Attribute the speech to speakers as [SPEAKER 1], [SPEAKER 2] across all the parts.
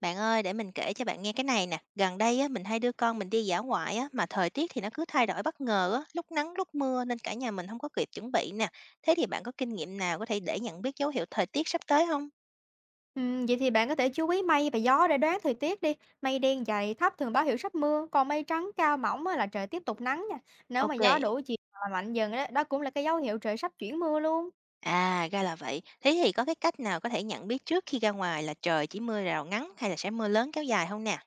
[SPEAKER 1] Bạn ơi, để mình kể cho bạn nghe cái này nè. Gần đây á, mình hay đưa con mình đi dã ngoại á, mà thời tiết thì nó cứ thay đổi bất ngờ á, lúc nắng lúc mưa nên cả nhà mình không có kịp chuẩn bị nè. Thế thì bạn có kinh nghiệm nào có thể để nhận biết dấu hiệu thời tiết sắp tới không?
[SPEAKER 2] Vậy thì bạn có thể chú ý mây và gió để đoán thời tiết đi. Mây đen dày thấp thường báo hiệu sắp mưa, còn mây trắng cao mỏng á là trời tiếp tục nắng nha. Nếu mà
[SPEAKER 1] Ok.
[SPEAKER 2] gió đủ chiều và mạnh dần đó, đó cũng là cái dấu hiệu trời sắp chuyển mưa luôn.
[SPEAKER 1] À, ra là vậy. Thế thì có cái cách nào có thể nhận biết trước khi ra ngoài là trời chỉ mưa rào ngắn hay là sẽ mưa lớn kéo dài không nè?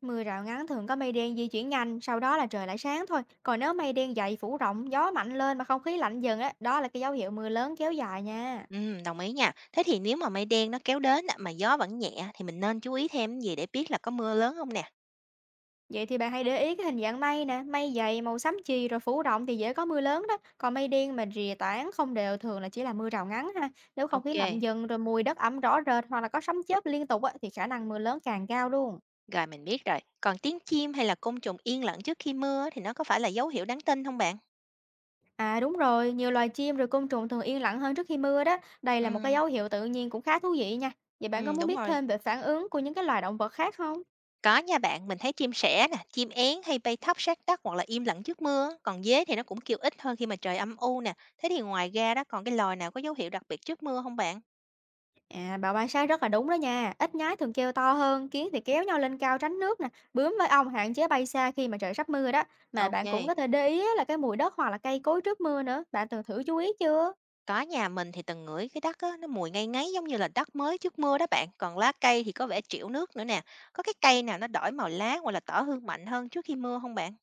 [SPEAKER 2] Mưa rào ngắn thường có mây đen di chuyển nhanh, sau đó là trời lại sáng thôi. Còn nếu mây đen dày phủ rộng, gió mạnh lên mà không khí lạnh dần đó, đó là cái dấu hiệu mưa lớn kéo dài nha.
[SPEAKER 1] Ừ, đồng ý nha. Thế thì nếu mà mây đen nó kéo đến á, mà gió vẫn nhẹ thì mình nên chú ý thêm cái gì để biết là có mưa lớn không nè?
[SPEAKER 2] Vậy thì bạn hãy để ý cái hình dạng mây nè, mây dày, màu xám chì rồi phủ rộng thì dễ có mưa lớn đó. Còn mây đen mà rìa tán không đều thường là chỉ là mưa rào ngắn ha. Nếu không khí lạnh
[SPEAKER 1] Ok.
[SPEAKER 2] dần rồi mùi đất ẩm rõ rệt hoặc là có sấm chớp liên tục á, thì khả năng mưa lớn càng cao luôn.
[SPEAKER 1] Rồi mình biết rồi. Còn tiếng chim hay là côn trùng yên lặng trước khi mưa á, thì nó có phải là dấu hiệu đáng tin không bạn?
[SPEAKER 2] À, đúng rồi, nhiều loài chim rồi côn trùng thường yên lặng hơn trước khi mưa đó. Đây là một cái
[SPEAKER 1] Ừm,
[SPEAKER 2] dấu hiệu tự nhiên cũng khá thú vị nha. Vậy bạn có
[SPEAKER 1] ừm,
[SPEAKER 2] muốn
[SPEAKER 1] đúng
[SPEAKER 2] biết
[SPEAKER 1] rồi.
[SPEAKER 2] thêm về phản ứng của những cái loài động vật khác không?
[SPEAKER 1] Có nha bạn, mình thấy chim sẻ nè, chim én hay bay thấp sát đất hoặc là im lặng trước mưa á, còn dế thì nó cũng kêu ít hơn khi mà trời âm u nè. Thế thì ngoài ra đó còn cái loài nào có dấu hiệu đặc biệt trước mưa không bạn?
[SPEAKER 2] À, bà quan sát rất là đúng đó nha. Ít nhái thường kêu to hơn, kiến thì kéo nhau lên cao tránh nước nè. Bướm với ong hạn chế bay xa khi mà trời sắp mưa đó. Mà bạn cũng có
[SPEAKER 1] OK,
[SPEAKER 2] thể để ý á, là cái mùi đất hoặc là cây cối trước mưa nữa. Bạn từng thử chú ý chưa?
[SPEAKER 1] có nhà mình thì từng ngửi cái đất á, nó mùi ngây ngấy giống như là đất mới trước mưa đó bạn, còn lá cây thì có vẻ trĩu nước nữa nè. Có cái cây nào nó đổi màu lá hoặc là tỏ hương mạnh hơn trước khi mưa không bạn?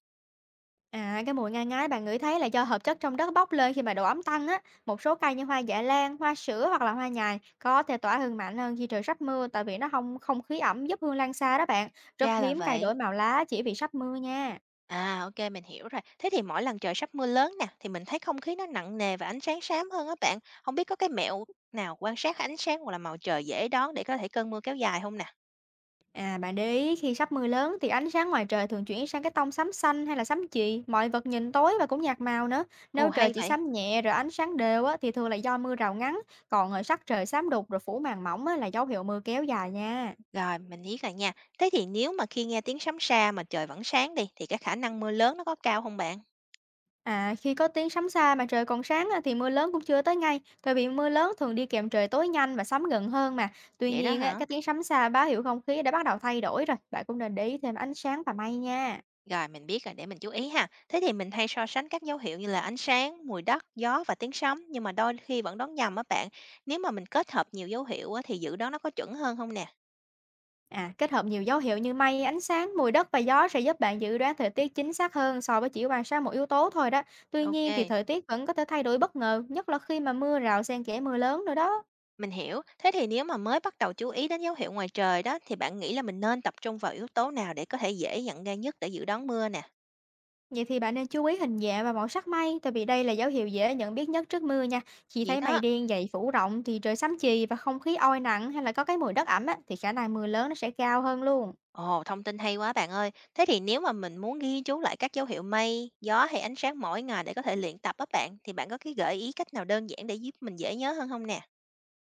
[SPEAKER 2] À, cái mùi ngai ngái bạn ngửi thấy là do hợp chất trong đất bốc lên khi mà độ ẩm tăng á. Một số cây như hoa dạ lan, hoa sữa hoặc là hoa nhài có thể tỏa hương mạnh hơn khi trời sắp mưa, tại vì nó không không khí ẩm giúp hương lan xa đó bạn. Rất
[SPEAKER 1] Ra là
[SPEAKER 2] hiếm cây đổi
[SPEAKER 1] vậy.
[SPEAKER 2] màu lá chỉ vì sắp mưa nha.
[SPEAKER 1] À, ô mình hiểu rồi. Thế thì mỗi lần trời sắp mưa lớn nè, thì mình thấy không khí nó nặng nề và ánh sáng xám hơn á bạn. Không biết có cái mẹo nào quan sát ánh sáng hoặc là màu trời dễ đoán để có thể cơn mưa kéo dài không nè?
[SPEAKER 2] À, bạn để ý khi sắp mưa lớn thì ánh sáng ngoài trời thường chuyển sang cái tông xám xanh hay là xám chì, mọi vật nhìn tối và cũng nhạt màu nữa. Nếu
[SPEAKER 1] Ồ,
[SPEAKER 2] trời
[SPEAKER 1] hay
[SPEAKER 2] chỉ
[SPEAKER 1] vậy!
[SPEAKER 2] xám nhẹ rồi ánh sáng đều á, thì thường là do mưa rào ngắn, còn ở sắc trời xám đục rồi phủ màn mỏng á, là dấu hiệu mưa kéo dài nha.
[SPEAKER 1] Rồi, mình biết rồi nha. Thế thì nếu mà khi nghe tiếng sấm xa mà trời vẫn sáng đi, thì cái khả năng mưa lớn nó có cao không bạn?
[SPEAKER 2] À, khi có tiếng sấm xa mà trời còn sáng á, thì mưa lớn cũng chưa tới ngay, bởi vì mưa lớn thường đi kèm trời tối nhanh và sấm gần hơn mà. Tuy
[SPEAKER 1] Vậy đó
[SPEAKER 2] nhiên á,
[SPEAKER 1] hả?
[SPEAKER 2] cái tiếng sấm xa báo hiệu không khí đã bắt đầu thay đổi rồi, bạn cũng nên để ý thêm ánh sáng và mây nha.
[SPEAKER 1] Rồi, mình biết rồi, để mình chú ý ha. Thế thì mình hay so sánh các dấu hiệu như là ánh sáng, mùi đất, gió và tiếng sấm, nhưng mà đôi khi vẫn đoán nhầm á bạn. Nếu mà mình kết hợp nhiều dấu hiệu á, thì dự đoán nó có chuẩn hơn không nè?
[SPEAKER 2] À, kết hợp nhiều dấu hiệu như mây, ánh sáng, mùi đất và gió sẽ giúp bạn dự đoán thời tiết chính xác hơn so với chỉ quan sát một yếu tố thôi đó. Tuy
[SPEAKER 1] Ô,
[SPEAKER 2] nhiên thì thời tiết vẫn có thể thay đổi bất ngờ, nhất là khi mà mưa rào xen kẽ mưa lớn nữa đó.
[SPEAKER 1] mình hiểu. Thế thì nếu mà mới bắt đầu chú ý đến dấu hiệu ngoài trời đó thì bạn nghĩ là mình nên tập trung vào yếu tố nào để có thể dễ nhận ra nhất để dự đoán mưa nè?
[SPEAKER 2] Vậy thì bạn nên chú ý hình dạng và màu sắc mây, tại vì đây là dấu hiệu dễ nhận biết nhất trước mưa nha. Khi
[SPEAKER 1] Vậy
[SPEAKER 2] thấy mây
[SPEAKER 1] đó.
[SPEAKER 2] đen dày phủ rộng thì trời xám chì và không khí oi nặng hay là có cái mùi đất ẩm á, thì khả năng mưa lớn nó sẽ cao hơn luôn.
[SPEAKER 1] Ồ, thông tin hay quá bạn ơi. Thế thì nếu mà mình muốn ghi chú lại các dấu hiệu mây, gió hay ánh sáng mỗi ngày để có thể luyện tập á bạn thì bạn có cái gợi ý cách nào đơn giản để giúp mình dễ nhớ hơn không nè?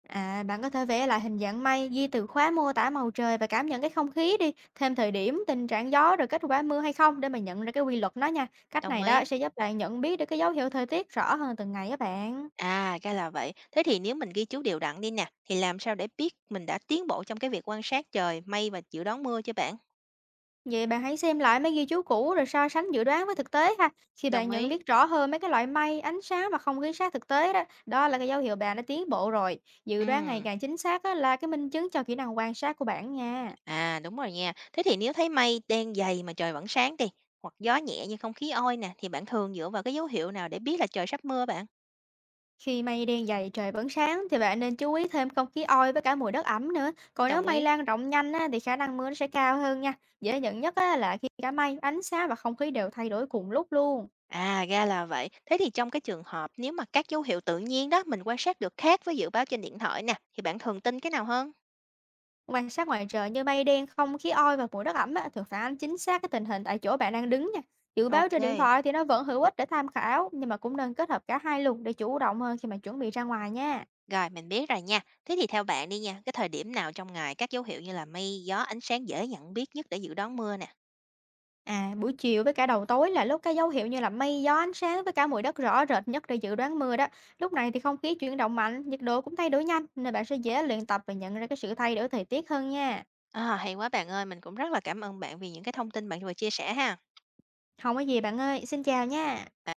[SPEAKER 2] À, bạn có thể vẽ lại hình dạng mây, ghi từ khóa mô tả màu trời và cảm nhận cái không khí đi, thêm thời điểm, tình trạng gió rồi kết quả mưa hay không để mà nhận ra cái quy luật nó nha. Cách
[SPEAKER 1] Đồng
[SPEAKER 2] này đó
[SPEAKER 1] ý.
[SPEAKER 2] sẽ giúp bạn nhận biết được cái dấu hiệu thời tiết rõ hơn từng ngày á bạn.
[SPEAKER 1] À, ra là vậy. Thế thì nếu mình ghi chú đều đặn đi nè thì làm sao để biết mình đã tiến bộ trong cái việc quan sát trời, mây và dự đoán mưa cho bạn?
[SPEAKER 2] Vậy bạn hãy xem lại mấy ghi chú cũ rồi so sánh dự đoán với thực tế ha. Khi bạn
[SPEAKER 1] Đồng
[SPEAKER 2] nhận
[SPEAKER 1] ý.
[SPEAKER 2] biết rõ hơn mấy cái loại mây, ánh sáng và không khí sát thực tế đó, đó là cái dấu hiệu bạn đã tiến bộ rồi. Dự đoán ngày
[SPEAKER 1] Ừ.
[SPEAKER 2] càng chính xác á, là cái minh chứng cho kỹ năng quan sát của bạn nha.
[SPEAKER 1] À, đúng rồi nha. Thế thì nếu thấy mây đen dày mà trời vẫn sáng đi, hoặc gió nhẹ như không khí oi nè, thì bạn thường dựa vào cái dấu hiệu nào để biết là trời sắp mưa bạn?
[SPEAKER 2] Khi mây đen dày trời vẫn sáng thì bạn nên chú ý thêm không khí oi với cả mùi đất ẩm nữa. Còn nếu
[SPEAKER 1] Đồng
[SPEAKER 2] mây
[SPEAKER 1] ý.
[SPEAKER 2] lan rộng nhanh á, thì khả năng mưa nó sẽ cao hơn nha. Dễ nhận nhất á, là khi cả mây, ánh sáng và không khí đều thay đổi cùng lúc luôn.
[SPEAKER 1] À, ra là vậy. Thế thì trong cái trường hợp nếu mà các dấu hiệu tự nhiên đó mình quan sát được khác với dự báo trên điện thoại nè, thì bạn thường tin cái nào hơn?
[SPEAKER 2] Quan sát ngoài trời như mây đen, không khí oi và mùi đất ẩm á, thường phản ánh chính xác cái tình hình tại chỗ bạn đang đứng nha. Dự báo
[SPEAKER 1] Ok.
[SPEAKER 2] trên điện thoại thì nó vẫn hữu ích để tham khảo, nhưng mà cũng nên kết hợp cả hai luôn để chủ động hơn khi mà chuẩn bị ra ngoài nha.
[SPEAKER 1] Rồi, mình biết rồi nha. Thế thì theo bạn đi nha, cái thời điểm nào trong ngày các dấu hiệu như là mây, gió, ánh sáng dễ nhận biết nhất để dự đoán mưa nè?
[SPEAKER 2] À, buổi chiều với cả đầu tối là lúc cái dấu hiệu như là mây, gió, ánh sáng với cả mùi đất rõ rệt nhất để dự đoán mưa đó. Lúc này thì không khí chuyển động mạnh, nhiệt độ cũng thay đổi nhanh nên bạn sẽ dễ luyện tập và nhận ra cái sự thay đổi thời tiết hơn nha.
[SPEAKER 1] À, hay quá bạn ơi, mình cũng rất là cảm ơn bạn vì những cái thông tin bạn vừa chia sẻ ha.
[SPEAKER 2] Không có gì bạn ơi, xin chào nha.